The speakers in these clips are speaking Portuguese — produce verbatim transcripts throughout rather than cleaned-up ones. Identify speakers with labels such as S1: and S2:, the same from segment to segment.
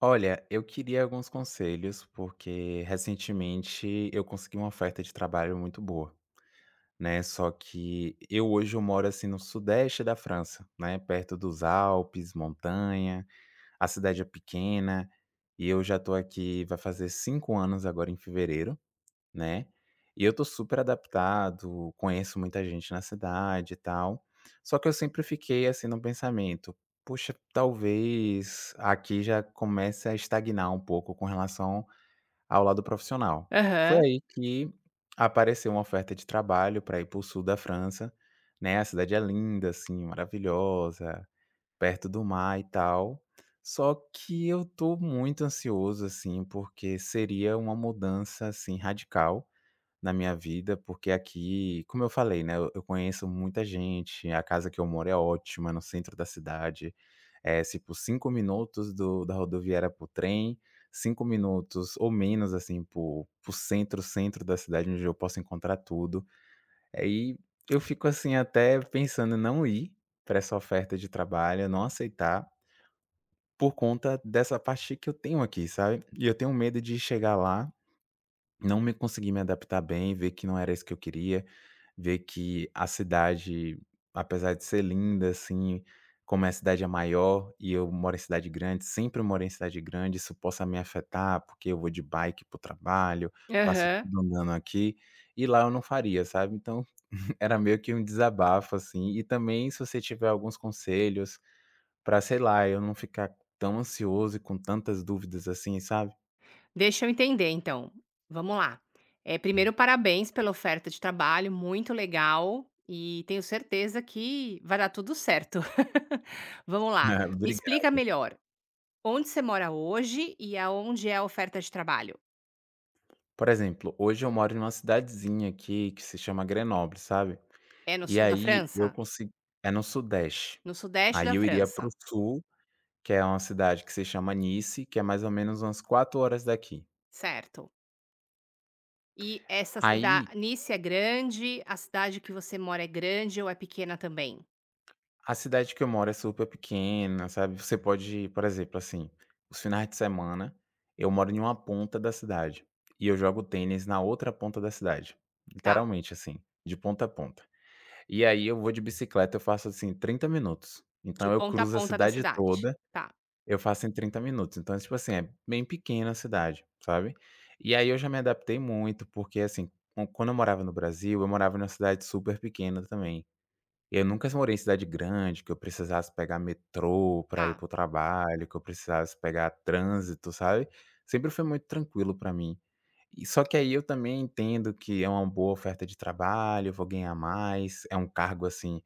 S1: Olha, eu queria alguns conselhos, porque recentemente eu consegui uma oferta de trabalho muito boa, né? Só que eu hoje eu moro assim no sudeste da França, né? Perto dos Alpes, montanha, a cidade é pequena, e eu já tô aqui, vai fazer cinco anos agora em fevereiro, né. E eu tô super adaptado, conheço muita gente na cidade e tal, só que eu sempre fiquei, assim, no pensamento: puxa, talvez aqui já comece a estagnar um pouco com relação ao lado profissional. Foi
S2: Aham,
S1: aí que apareceu uma oferta de trabalho para ir para o sul da França, né, a cidade é linda, assim, maravilhosa, perto do mar e tal, só que eu tô muito ansioso, assim, porque seria uma mudança, assim, radical na minha vida, porque aqui, como eu falei, né, eu eu conheço muita gente, a casa que eu moro é ótima, no centro da cidade, é tipo cinco minutos do da rodoviária para o trem, cinco minutos ou menos, assim, para o centro, centro da cidade, onde eu posso encontrar tudo. Aí eu fico, assim, até pensando em não ir para essa oferta de trabalho, não aceitar, por conta dessa parte que eu tenho aqui, sabe. E eu tenho medo de chegar lá, não me consegui me adaptar bem, ver que não era isso que eu queria, ver que a cidade, apesar de ser linda, assim, como é a cidade é maior e eu moro em cidade grande, sempre morei em cidade grande, isso possa me afetar, porque eu vou de bike pro trabalho, faço
S2: aham.
S1: tudo andando aqui, e lá eu não faria, sabe. Então, era meio que um desabafo, assim. E também se você tiver alguns conselhos pra, sei lá, eu não ficar tão ansioso e com tantas dúvidas assim, sabe.
S2: Deixa eu entender então, vamos lá. Eh, primeiro parabéns pela oferta de trabalho, muito legal, e tenho certeza que vai dar tudo certo. Vamos lá, me
S1: Obrigado.
S2: explica melhor, onde você mora hoje e aonde é a oferta de trabalho?
S1: Por exemplo, hoje eu moro em uma cidadezinha aqui que se chama Grenoble, sabe.
S2: É no
S1: E
S2: sul da
S1: aí
S2: França?
S1: eu consigo É no sudeste.
S2: No sudeste
S1: Aí
S2: da
S1: eu iria para
S2: França,
S1: o sul, que é uma cidade que se chama Nice, que é mais ou menos umas quatro horas daqui.
S2: certo. E essa
S1: Aí,
S2: cidade, Nice é grande, a cidade que você mora é grande ou é pequena também?
S1: a cidade que eu moro é super pequena, sabe, você pode por exemplo, assim, os finais de semana, eu moro em uma ponta da cidade, e eu jogo tênis na outra ponta da cidade.
S2: Tá,
S1: Literalmente, assim, de ponta a ponta. E aí eu vou de bicicleta, eu faço, assim, trinta minutos.
S2: de
S1: Então eu
S2: ponta a
S1: cruzo a
S2: ponta da
S1: cidade
S2: cidade.
S1: toda,
S2: Tá,
S1: eu faço em trinta minutos. Então, tipo assim, é bem pequena a cidade, sabe. E aí eu já me adaptei muito, porque, assim, quan quando eu morava no Brasil, eu morava numa cidade super pequena também. Eu nunca morei em cidade grande, que eu precisasse pegar metrô pra ir
S2: tá.
S1: pro trabalho, que eu precisasse pegar trânsito, sabe. Sempre foi muito tranquilo pra mim. E só que aí eu também entendo que é uma boa oferta de trabalho, eu vou ganhar mais, é um cargo, assim,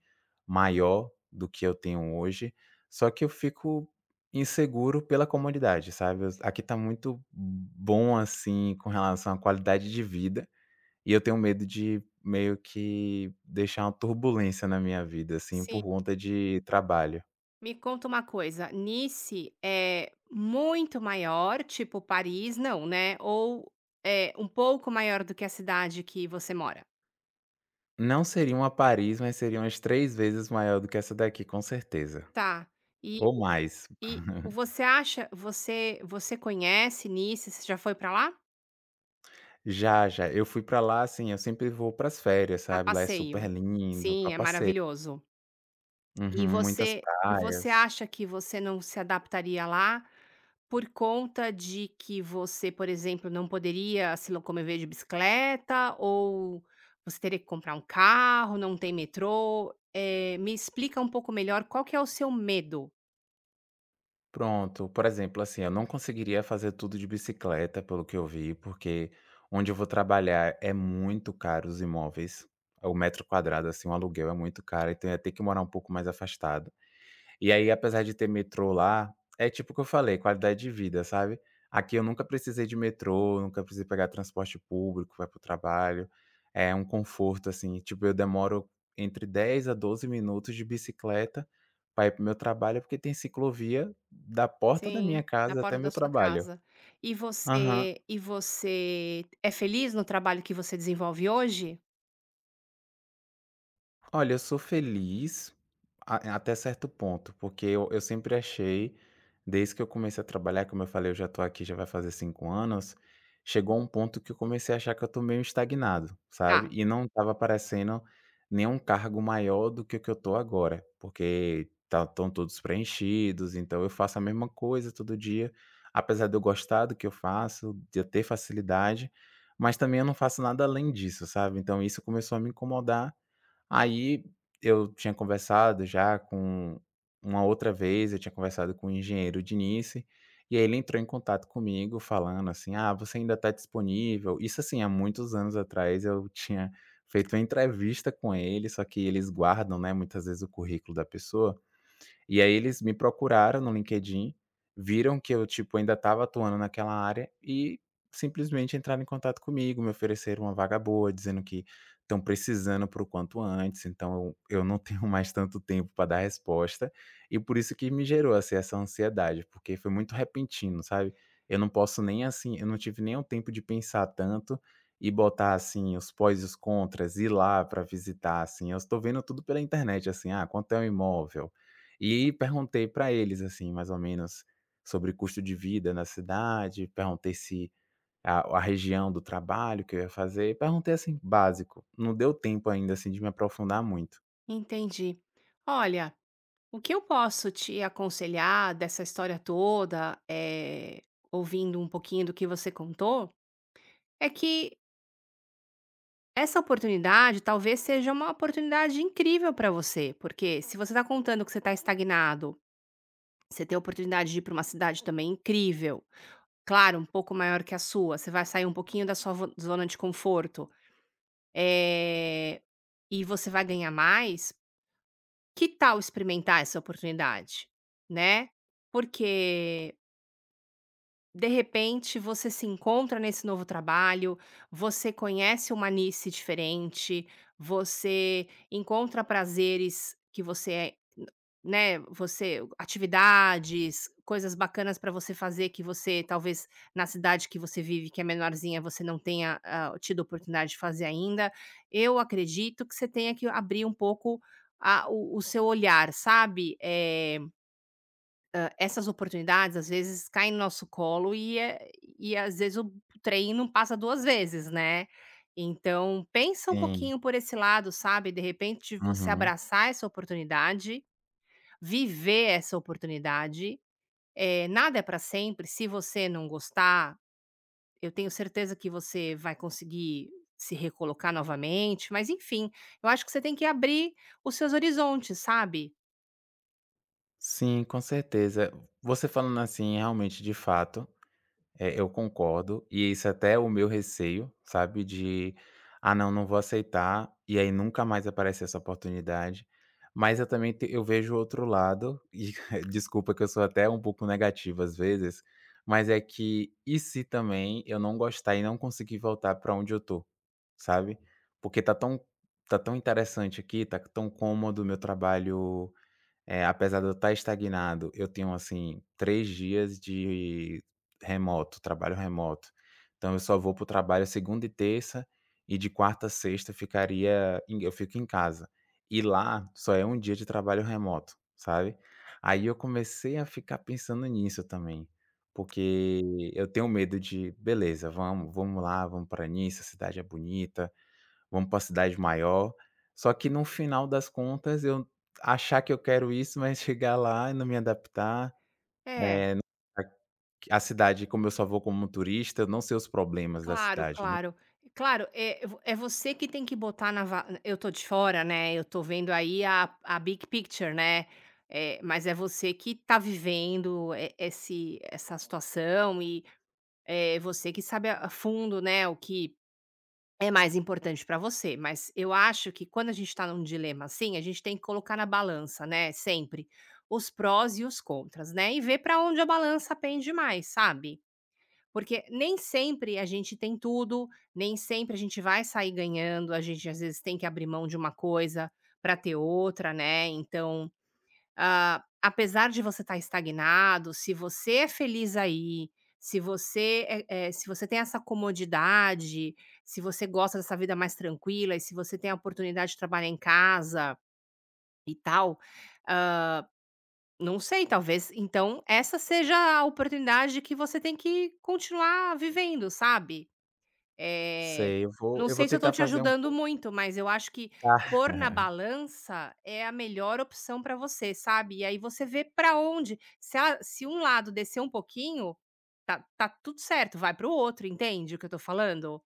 S1: maior do que eu tenho hoje, só que eu fico inseguro pela comodidade, sabe. Eu aqui tá muito bom, assim, com relação à qualidade de vida, e eu tenho medo de meio que deixar uma turbulência na minha vida, assim,
S2: Sim.
S1: por conta de trabalho.
S2: Me conta uma coisa, Nice é muito maior, tipo Paris, não, né? Ou é um pouco maior do que a cidade que você mora?
S1: Não seria uma Paris, mas seria umas três vezes maior do que essa daqui, com certeza,
S2: Tá. E,
S1: ou
S2: o-
S1: mais.
S2: e você acha, você você conhece Nice? Você já foi pra lá?
S1: Já, já. Eu fui pra lá, assim, eu sempre vou para as férias,
S2: A
S1: sabe, lá é super
S2: passeio.
S1: lindo, pra
S2: Sim, é
S1: passeio.
S2: maravilhoso. E
S1: Uhum, muitas
S2: você e você
S1: praias.
S2: acha que você não se adaptaria lá, por conta de que você, por exemplo, não poderia se locomover de bicicleta ou você teria que comprar um carro, não tem metrô? Eh, me explica um pouco melhor qual que é o seu medo.
S1: Pronto, por exemplo, assim, eu não conseguiria fazer tudo de bicicleta, pelo que eu vi, porque onde eu vou trabalhar é muito caro os imóveis, o metro quadrado, assim, o aluguel é muito caro, então eu ia ter que morar um pouco mais afastado. E aí, apesar de ter metrô lá, é tipo o que eu falei, qualidade de vida, sabe. Aqui eu nunca precisei de metrô, nunca precisei pegar transporte público pra ir para o trabalho, é um conforto, assim, tipo, eu demoro entre dez a doze minutos de bicicleta para ir para o meu trabalho, porque tem ciclovia da porta da
S2: Sim,
S1: minha
S2: da
S1: casa até
S2: porta da
S1: meu
S2: sua
S1: trabalho.
S2: casa. E
S1: Aham.
S2: você e você é feliz no trabalho que você desenvolve hoje?
S1: Olha, eu sou feliz a até certo ponto, porque eu eu sempre achei, desde que eu comecei a trabalhar, como eu falei, eu já tô aqui, já vai fazer cinco anos, chegou um ponto que eu comecei a achar que eu tô meio estagnado, sabe.
S2: Tá,
S1: E não estava aparecendo nenhum cargo maior do que o que eu tô agora, porque tá estão todos preenchidos, então eu faço a mesma coisa todo dia, apesar de eu gostar do que eu faço, de eu ter facilidade, mas também eu não faço nada além disso, sabe. Então isso começou a me incomodar. Aí eu tinha conversado já com uma outra vez, eu tinha conversado com o engenheiro de Nice, e aí ele entrou em contato comigo falando assim: "Ah, você ainda está disponível?". Isso, assim, há muitos anos atrás eu tinha feito uma entrevista com ele, só que eles guardam, né, muitas vezes o currículo da pessoa. E aí eles me procuraram no LinkedIn, viram que eu, tipo, ainda estava atuando naquela área e simplesmente entraram em contato comigo, me ofereceram uma vaga boa, dizendo que estão precisando por quanto antes, então eu eu não tenho mais tanto tempo para dar resposta, e por isso que me gerou, assim, essa ansiedade, porque foi muito repentino, sabe. Eu não posso nem, assim, eu não tive nem o tempo de pensar tanto e botar, assim, os pós e os contras, ir lá para visitar, assim, eu estou vendo tudo pela internet, assim: "Ah, quanto é um imóvel?". E perguntei para eles, assim, mais ou menos sobre custo de vida na cidade, perguntei se a a região do trabalho que eu ia fazer, perguntei, assim, básico. Não deu tempo ainda, assim, de me aprofundar muito.
S2: entendi. Olha, o que eu posso te aconselhar dessa história toda, eh, ouvindo um pouquinho do que você contou, é que essa oportunidade talvez seja uma oportunidade incrível para você, porque se você está contando que você está estagnado, você tem a oportunidade de ir para uma cidade também incrível, claro, um pouco maior que a sua, você vai sair um pouquinho da sua vo- zona de conforto, eh, e você vai ganhar mais. Que tal experimentar essa oportunidade, né? Porque, de repente, você se encontra nesse novo trabalho, você conhece uma niche diferente, você encontra prazeres que você, né, você atividades, coisas bacanas para você fazer que você talvez na cidade que você vive, que é menorzinha, você não tenha, ah, tido oportunidade de fazer ainda. Eu acredito que você tenha que abrir um pouco a o o seu olhar, sabe? Eh essas oportunidades, às vezes, caem no nosso colo, e é e às vezes o trem não passa duas vezes, né. Então pensa um
S1: Sim.
S2: pouquinho por esse lado, sabe, de repente você
S1: Uhum.
S2: abraçar essa oportunidade, viver essa oportunidade. É, nada é para sempre, se você não gostar, eu tenho certeza que você vai conseguir se recolocar novamente, mas enfim, eu acho que você tem que abrir os seus horizontes, sabe.
S1: Sim, com certeza. Você falando assim, realmente, de fato, é, eu concordo, e isso até é o meu receio, sabe, de: "Ah, não, não vou aceitar", e aí nunca mais aparece essa oportunidade. Mas eu também te eu vejo o outro lado, e desculpa que eu sou até um pouco negativo às vezes, mas é que: "E se também eu não gostar e não conseguir voltar para onde eu tô?", sabe. Porque tá tão tá tão interessante aqui, tá tão cômodo, o meu trabalho, eh, apesar de eu estar estagnado, eu tenho, assim, três dias de remoto, trabalho remoto. Então eu só vou para o trabalho segunda e terça, e de quarta a sexta ficaria em eu fico em casa. E lá só é um dia de trabalho remoto, sabe. Aí eu comecei a ficar pensando nisso também, porque eu tenho medo de: "Beleza, vamos vamos lá, vamos para Nice, a cidade é bonita, vamos para cidade maior. Só que no final das contas eu achar que eu quero isso, mas chegar lá e não me adaptar".
S2: É.
S1: Aqui a cidade, como eu só vou como turista, eu não sei os problemas da
S2: Claro,
S1: cidade, né.
S2: claro. Claro, é vo é você que tem que botar na va eu tô de fora, né, eu tô vendo aí a a big picture, né, eh, mas é você que tá vivendo e esse essa situação, e é você que sabe a a fundo, né, o que é mais importante pra você. Mas eu acho que quando a gente tá num dilema assim, a gente tem que colocar na balança, né, sempre, os prós e os contras, né, e ver pra onde a balança pende mais, sabe? Porque nem sempre a gente tem tudo, nem sempre a gente vai sair ganhando, a gente às vezes tem que abrir mão de uma coisa para ter outra, né. Então, ah, apesar de você estar estagnado, se você é feliz aí, se você é é se você tem essa comodidade, se você gosta dessa vida mais tranquila e se você tem a oportunidade de trabalhar em casa e tal, ah, não sei, talvez então essa seja a oportunidade que você tem que continuar vivendo, sabe. Eh,
S1: Sei, eu vou
S2: não
S1: eu vou
S2: sei se eu tô
S1: tentar
S2: te
S1: fazer um
S2: ajudando
S1: pouco.
S2: muito, mas eu acho que
S1: Tá.
S2: pôr na balança é a melhor opção para você, sabe. E aí você vê para onde, se a se um lado descer um pouquinho, tá tá tudo certo, vai para o outro, entende o que eu tô falando?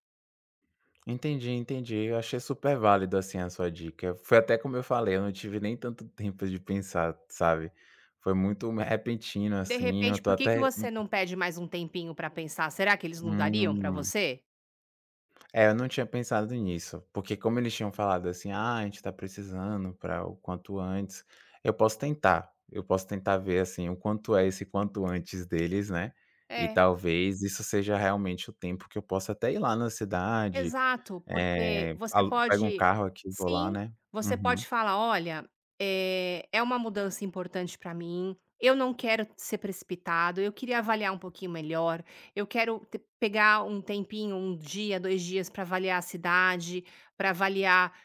S1: Entendi, entendi. Eu achei super válido, assim, a sua dica. Foi até como eu falei, eu não tive nem tanto tempo de pensar, sabe. Foi muito repentino,
S2: De
S1: assim, eu
S2: repente,
S1: tô
S2: por que que
S1: até
S2: você não pede mais um tempinho para pensar? Será que eles não dariam para
S1: hum.
S2: você?
S1: É, eu não tinha pensado nisso, porque como eles tinham falado assim: "Ah, a gente tá precisando para o quanto antes", eu posso tentar, eu posso tentar ver, assim, o quanto é esse quanto antes deles, né, e
S2: É.
S1: talvez isso seja realmente o tempo que eu possa até ir lá na cidade,
S2: Exato, porque
S1: eh,
S2: você
S1: alu pego um
S2: pode,
S1: carro aqui e vou lá,
S2: sim,
S1: né.
S2: você
S1: Uhum.
S2: pode falar: "Olha, eh, é uma mudança importante para mim, eu não quero ser precipitado, eu queria avaliar um pouquinho melhor, eu quero te pegar um tempinho, um dia, dois dias para avaliar a cidade, para avaliar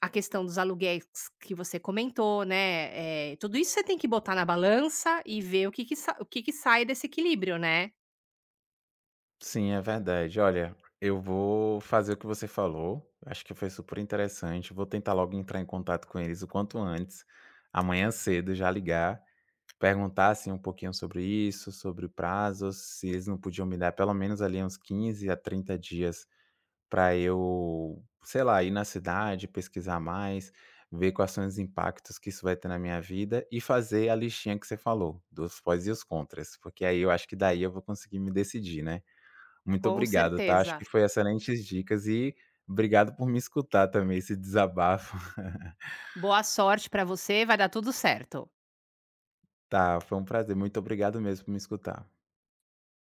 S2: a questão dos aluguéis que você comentou, né". Eh, tudo isso você tem que botar na balança e ver o que que sa o que que sai desse equilíbrio, né.
S1: Sim, é verdade. Olha, eu vou fazer o que você falou. Acho que foi super interessante. Vou tentar logo entrar em contato com eles o quanto antes. Amanhã cedo já ligar, perguntar assim um pouquinho sobre isso, sobre prazos, se eles não podiam me dar pelo menos ali uns quinze a trinta dias para eu, sei lá, ir na cidade, pesquisar mais, ver quais são os impactos que isso vai ter na minha vida e fazer a listinha que você falou, dos pós e os contras, porque aí eu acho que daí eu vou conseguir me decidir, né? Muito
S2: Com
S1: obrigado, tá? Acho
S2: certeza.
S1: que foi excelentes dicas e obrigado por me escutar também, esse desabafo.
S2: Boa sorte para você, vai dar tudo certo.
S1: Tá, foi um prazer. Muito obrigado mesmo por me escutar.